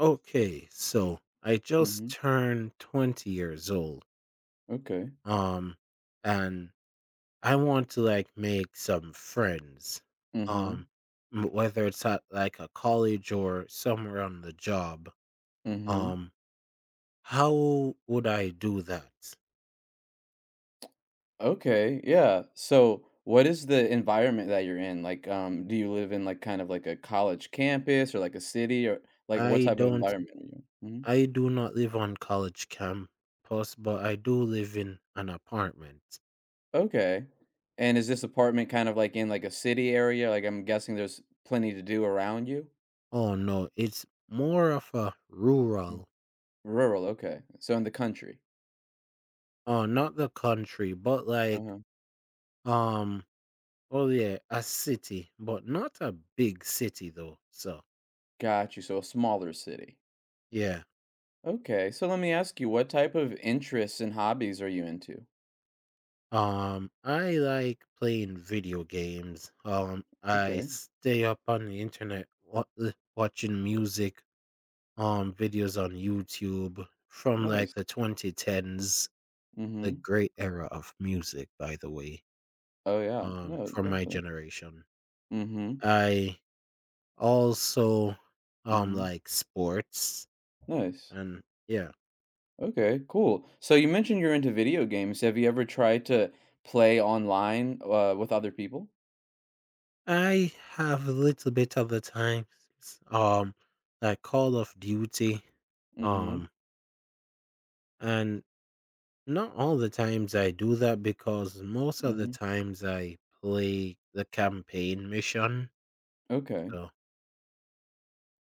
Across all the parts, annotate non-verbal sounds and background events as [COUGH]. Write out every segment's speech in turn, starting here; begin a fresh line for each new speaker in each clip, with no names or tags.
Okay, so I just
Mhm.
turned 20 years old.
Okay.
Um and I want to make some friends.
Mhm.
Um Whether it's at like a college or somewhere on the job.
Mhm.
Um how would I do that?
Okay. Yeah. So, what is the environment that you're in? Like, do you live in like kind of like a college campus or like a city or like what
I
type of
don't
environment are you in? Mhm.
I do not live on college campus, but I do live in an apartment.
Okay. And is this apartment kind of like in like a city area? Like, I'm guessing there's plenty to do around you.
Oh no, it's more of a
Mm.
rural
Rural. Okay. So in the country.
not the country, but like.
Uh-huh.
Um, oh yeah, a city, but not a big city though. So
Got you. So a smaller city.
yeah.
Okay. So let me ask you, what type of interests and hobbies are you into?
I like playing video games. I
Okay.
stay up on the internet watching music, videos on YouTube from like
Nice.
the 2010s, the
Mm-hmm.
great era of music, by the way,
Oh, yeah. No,
from my
definitely.
generation.
Mhm.
I also
Mhm.
like sports
Nice.
and yeah.
Okay, cool. So you mentioned you're into video games. Have you ever tried to play online, with other people?
I have a little bit of the time, um, like Call of Duty, um,
Mhm.
and not all the times I do that because most of the
Mhm.
times I play the campaign mission.
Okay.
So,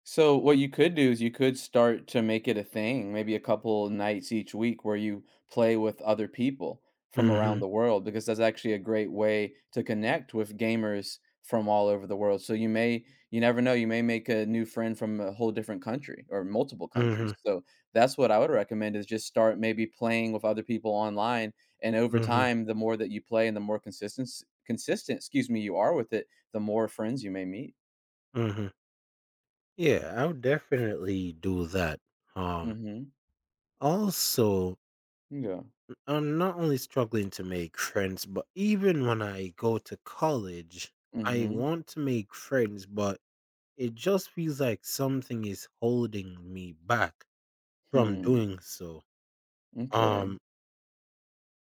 So what you could do is you could start to make it a thing, maybe a couple nights each week where you play with other people from around
mm-hmm,
the world because that's actually a great way to connect with gamers from all over the world. So you never know, you may make a new friend from a whole different country or multiple
mm-hmm,
countries. So that's what I would recommend is just start maybe playing with other people online, and over
mm-hmm,
time the more that you play and the more consistent, excuse me, you are with it, the more friends you may meet.
mm-hmm. Yeah, I would definitely do that. Um,
Mhm.
Also,
Yeah.
I'm not only struggling to make friends, but even when I go to college, I
Mhm.
want to make friends, but it just feels like something is holding me back from
Hmm,
doing so.
okay,
Um,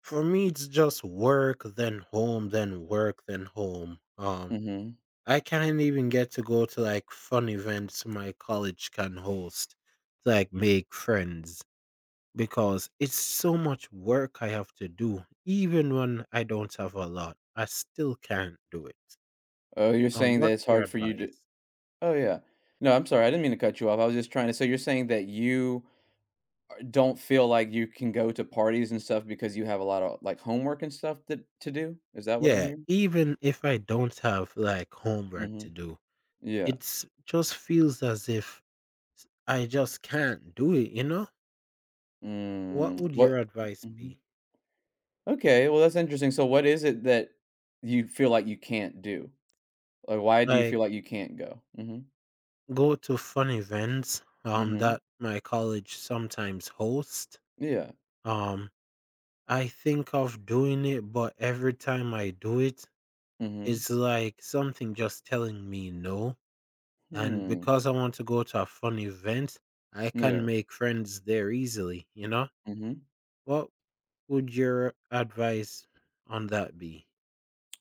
for me, it's just work, then home, then work, then home.
mhm.
I can't even get to go to like fun events my college can host to like make friends because it's so much work I have to do. Even when I don't have a lot, I still can't do it.
Oh, you're saying that
What's
it's
your
hard for you to—
advice?
Oh, yeah. No, I'm sorry, I didn't mean to cut you off, I was just trying to— so you're saying that you don't feel like you can go to parties and stuff because you have a lot of, like, homework and stuff that to do? Is that what I'm
Yeah,
hearing?
even if I don't have like homework to
Mhm.
do,
Yeah.
it just feels as if I just can't do it. What
Mm,
would
what—
your advice
Mhm.
be?
Okay, well, that's interesting, so what is it that you feel like you can't do? Like, why do you
Like,
feel like you can't go? Mhm,
go to fun events,
mhm.
that my college sometimes host.
Yeah,
Um, I think of doing it, but every time I do it,
mhm.
it's like something just telling me no. And
Hmm,
because I want to go to a fun event, I can
yeah,
make friends there easily,
mhm.
What would your advice on that be?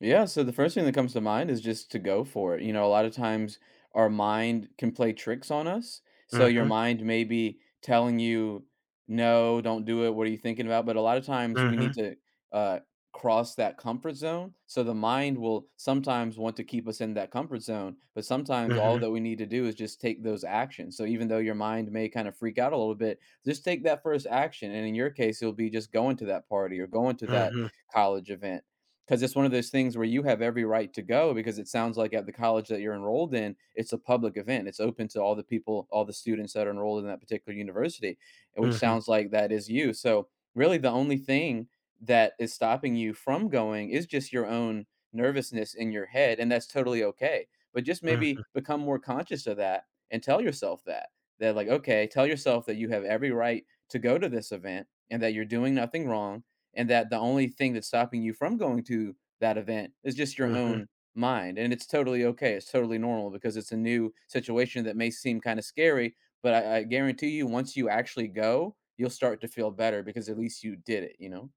Yeah, so the first thing that comes to mind is just to go for it. You know, a lot of times our mind can play tricks on us. So your
Mm-hmm.
mind may be telling you, no, don't do it. What are you thinking about? But a lot of times we
Mm-hmm.
need to uh, cross that comfort zone. So the mind will sometimes want to keep us in that comfort zone. But sometimes all
Mhm,
that we need to do is just take those actions. So even though your mind may kind of freak out a little bit, just take that first action. And in your case, it'll be just going to that party or going to that
mhm,
college event, because it's one of those things where you have every right to go, because it sounds like at the college that you're enrolled in, it's a public event, it's open to all the people, all the students that are enrolled in that particular university, which
mhm,
sounds like that is you. So really the only thing that is stopping you from going is just your own nervousness in your head, and that's totally okay, but just maybe
mhm,
become more conscious of that and tell yourself that— that, like, okay, tell yourself that you have every right to go to this event and that you're doing nothing wrong, and that the only thing that's stopping you from going to that event is just your
mhm,
own mind, and it's totally okay, it's totally normal, because it's a new situation that may seem kind of scary, but I guarantee you, once you actually go you'll start to feel better, because at least you did it.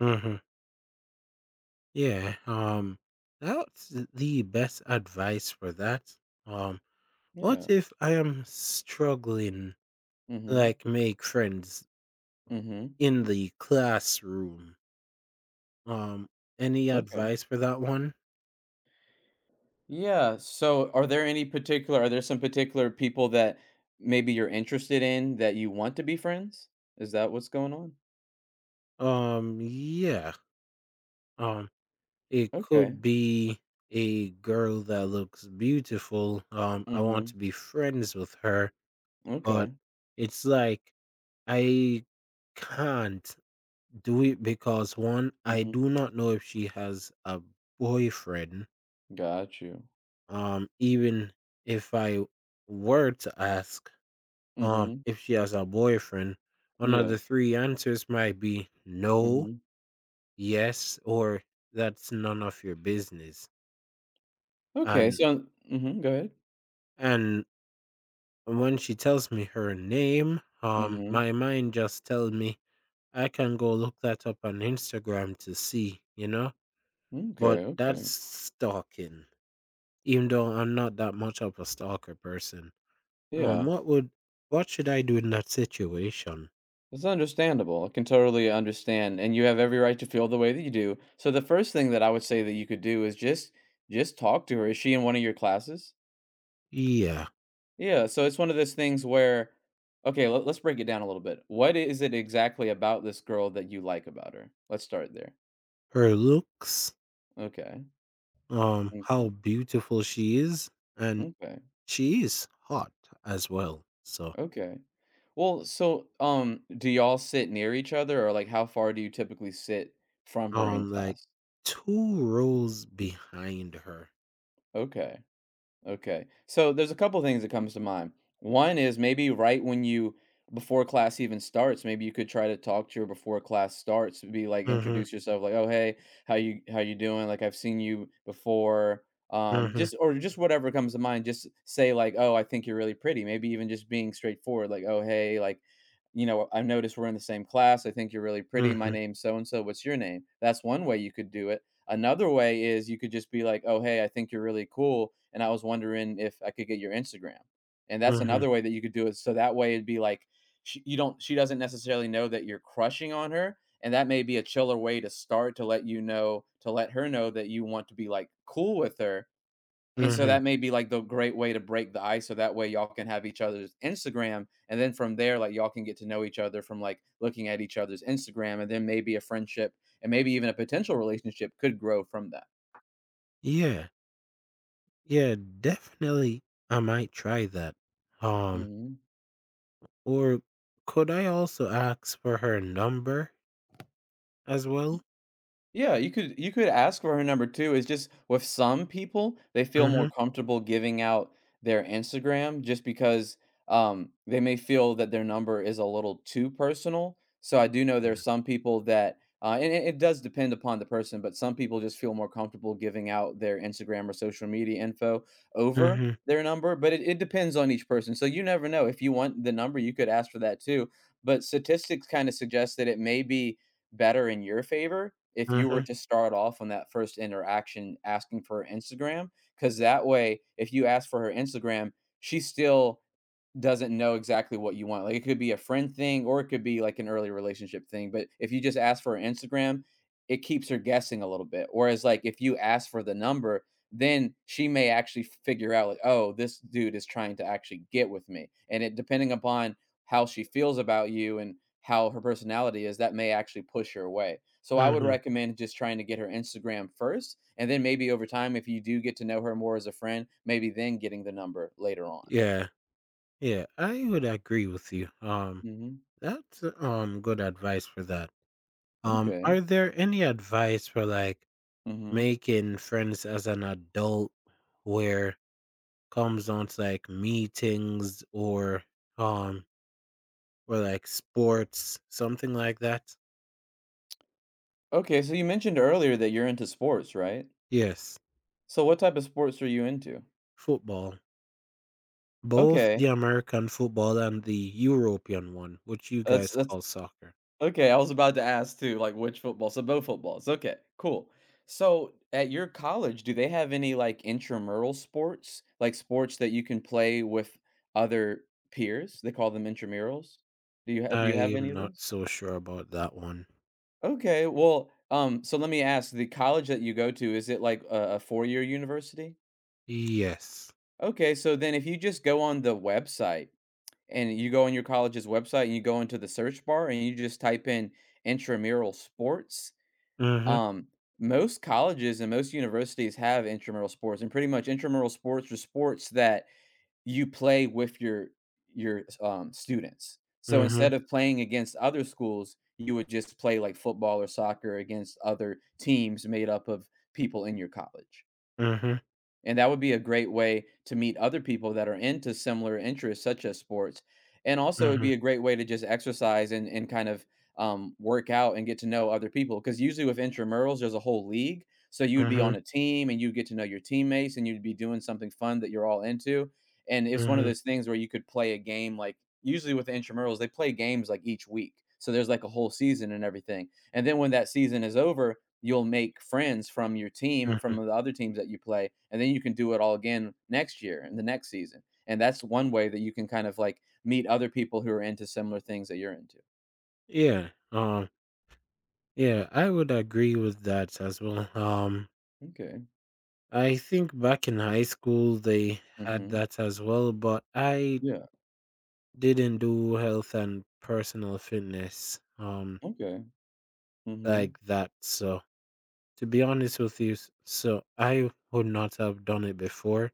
mhm. Yeah, that's the best advice for that. Um, what
Yeah.
if I am struggling
Mm-hmm.
like make friends
Mm-hmm.
in the classroom? Um, any
Okay.
advice for that one?
Yeah, so are there some particular people that maybe you're interested in that you want to be friends— is that what's going on?
Yeah. Um, it
Okay.
could be a girl that looks beautiful. I want
Mm-hmm.
to be friends with her, but
Okay.
it's like I can't do it because one, I
Mm-hmm.
do not know if she has a boyfriend.
Got you.
Even if I were to ask,
Mhm.
if she has a boyfriend, one of
Yeah.
the three answers might be no,
Mhm.
yes, or that's none of your business.
Okay,
And
so— mhm, go ahead.
and when she tells me her name,
Mhm.
my mind just tells me I can go look that up on Instagram to see, you know? But
Okay,
that's
okay.
stalking, even though I'm not that much of a stalker person.
Yeah.
What would what should I do in that situation?
It's understandable. I can totally understand, and you have every right to feel the way that you do. So the first thing that I would say that you could do is just talk to her. Is she in one of your classes?
Yeah,
Yeah, so it's one of those things where— okay, let's break it down a little bit. What is it exactly about this girl that you like about her? Let's start there.
her looks,
Okay.
how
Mhm.
beautiful she is, and
Okay.
she is hot as well. So,
Okay. Well, so, do y'all sit near each other, or, like, how far do you typically sit from her in
like
class?
two rows behind her.
Okay. Okay. So there's a couple things that comes to mind. One is maybe right when you— before class even starts, maybe you could try to talk to her before class starts, be like,
Mm-hmm.
introduce yourself, like, "Oh, hey, how you doing? Like, I've seen you before." Um
Mm-hmm.
just or just whatever comes to mind, just say like, "Oh, I think you're really pretty." Maybe even just being straightforward, like, "Oh, hey, like, you know, I've noticed we're in the same class. I think you're really pretty. My
Mm-hmm.
name's so and so. What's your name?" That's one way you could do it. Another way is you could just be like, "Oh, hey, I think you're really cool, and I was wondering if I could get your Instagram." And that's
Mm-hmm.
another way that you could do it. So that way it'd be like she, you don't she doesn't necessarily know that you're crushing on her, and that may be a chiller way to start to let you know— to let her know that you want to be, like, cool with her, and so
Mm-hmm.
that may be, like, the great way to break the ice, so that way y'all can have each other's Instagram, and then from there, like, y'all can get to know each other from, like, looking at each other's Instagram, and then maybe a friendship and maybe even a potential relationship could grow from that.
Yeah. Yeah. Definitely, I might try that. Um,
Mhm.
Or could I also ask for her number as well?
Yeah, you could— you could ask for her number too. It's just with some people, they feel more
Mhm.
comfortable giving out their Instagram, just because they may feel that their number is a little too personal. So I do know there are
Yeah.
some people that, and it does depend upon the person, but some people just feel more comfortable giving out their Instagram or social media info over
Mhm.
their number. But it depends on each person. So you never know. If you want the number, you could ask for that too. But statistics kind of suggest that it may be better in your favor if you were
Mhm.
to start off on that first interaction asking for her Instagram, because that way, if you ask for her Instagram, she still doesn't know exactly what you want. Like, it could be a friend thing or it could be like an early relationship thing, but if you just ask for her Instagram, it keeps her guessing a little bit. Whereas, like, if you ask for the number, then she may actually figure out, like, "Oh, this dude is trying to actually get with me." And it— depending upon how she feels about you and how her personality is, that may actually push her away. So I would
Mhm.
recommend just trying to get her Instagram first, and then maybe over time, if you do get to know her more as a friend, maybe then getting the number later on.
Yeah. Yeah, I would agree with you.
Mhm.
That's, good advice for that.
Okay.
Are there any advice for, like,
hmm
making friends as an adult where comes on to, like, meetings um, or, like, sports, something like that?
Okay, so you mentioned earlier that you're into sports, right?
Yes,
So what type of sports are you into?
football. Both the
Okay.
American football and the European one, which you
That's
guys
that's
call soccer.
okay. I was about to ask too, like, which football. So both footballs. Okay, cool. So at your college, do they have any like intramural sports? Like sports that you can play with other peers? They call them intramurals. Do you have do
I
you have any
am
of
not
those?
so sure about that one.
Okay. Well, so let me ask, the college that you go to, is it like a four-year university?
Yes.
Okay, so then if you just go on the website, and you go on your college's website and you go into the search bar and you just type in intramural sports,
Mhm,
um, most colleges and most universities have intramural sports, and pretty much intramural sports are sports that you play with your students. So
mhm,
instead of playing against other schools, you would just play like football or soccer against other teams made up of people in your college.
mhm,
And that would be a great way to meet other people that are into similar interests, such as sports. And also, it'd
mhm,
be a great way to just exercise and, and kind of work out and get to know other people. Because usually with intramurals, there's a whole league. So you'd be on
mhm,
a team and you'd get to know your teammates and you'd be doing something fun that you're all into. And it's one of
mhm,
those things where you could play a game like— usually with the intramurals, they play games like each week. So there's like a whole season and everything. And then when that season is over, you'll make friends from your team and from
mhm.
the other teams that you play, and then you can do it all again next year and the next season. And that's one way that you can kind of like meet other people who are into similar things that you're into.
Yeah, yeah, I would agree with that as well.
Okay.
I think back in high school they had
Mhm.
that as well, but I
Yeah.
didn't do health and personal fitness,
Okay. Mhm.
like that, so to be honest with you, s so I would not have done it before.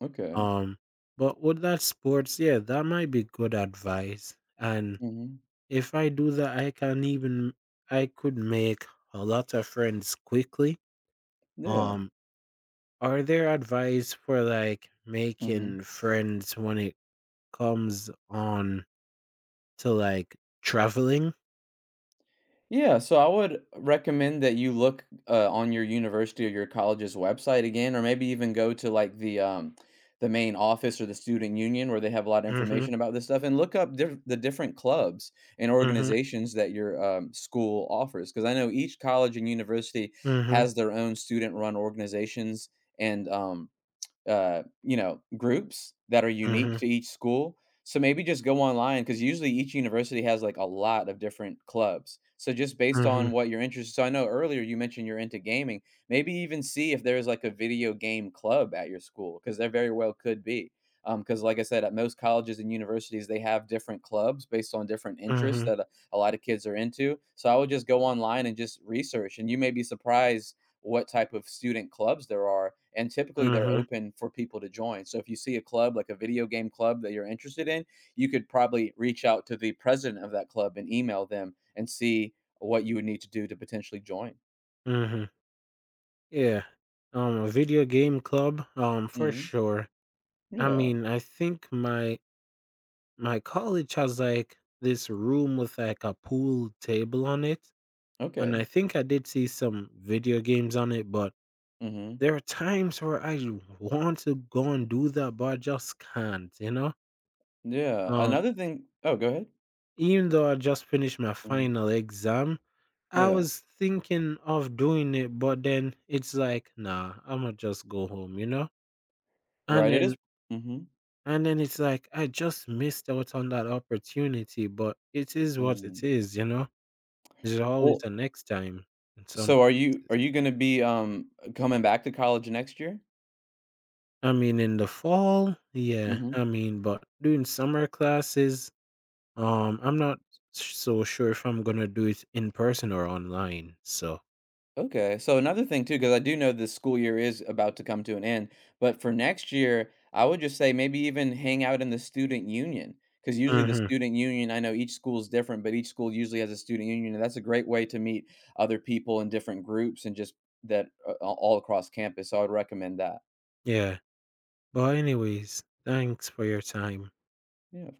Okay.
Um, but with that sports, yeah, that might be good advice. And
Mhm.
if I do that, I can even I could make a lot of friends quickly.
Yeah.
Um, are there advice for like
Mhm.
making friends when it comes on to like traveling?
Yeah, so I would recommend that you look on your university or your college's website again, or maybe even go to like the main office or the student union where they have a lot of
Mhm.
information about this stuff, and look up the different clubs and
Mhm.
organizations that your school offers. Because I know each college and university
Mhm.
has their own student-run organizations, and groups that are unique
Mhm.
to each school. So maybe just go online, because usually each university has like a lot of different clubs. So just based on
Mhm.
what you're interested, so I know earlier you mentioned you're into gaming. Maybe even see if there's like a video game club at your school, because there very well could be. Because like I said, at most colleges and universities they have different clubs based on different interests
Mhm.
that a lot of kids are into. So I would just go online and just research, and you may be surprised what type of student clubs there are, and typically they're
Mhm.
open for people to join. So if you see a club like a video game club that you're interested in, you could probably reach out to the president of that club and email them and see what you would need to do to potentially join.
Mhm. Yeah. A video game club, for
Mhm.
sure. I
Yeah.
mean, I think my my college has like this room with like a pool table on it, and
Okay.
I think I did see some video games on it, but
Mhm.
there are times where I [LAUGHS] want to go and do that, but I just can't, you know?
Yeah.
Um,
Another thing— oh, go ahead.
even though I just finished my
Mhm.
final exam, I
Yeah.
was thinking of doing it, but then it's like, nah, I'ma just go home, you know? And
Right, it is—
then
Mhm.
And then it's like, I just missed out on that opportunity, but it is what it
Mm.
is, you know? There's always
Well,
a next time in some
so are you are
places.
you gonna be, coming back to college next year?
I mean, in the fall, yeah,
Mhm.
I mean, but doing summer classes, I'm not so sure if I'm gonna do it in person or online. So,
Okay, so another thing too, because I do know this school year is about to come to an end, but for next year, I would just say maybe even hang out in the student union. Because usually the
hmm,
student union, I know each school is different, but each school usually has a student union, and that's a great way to meet other people in different groups and just that, all across campus. So I would recommend that.
yeah. But anyways, thanks for your time.
Yeah.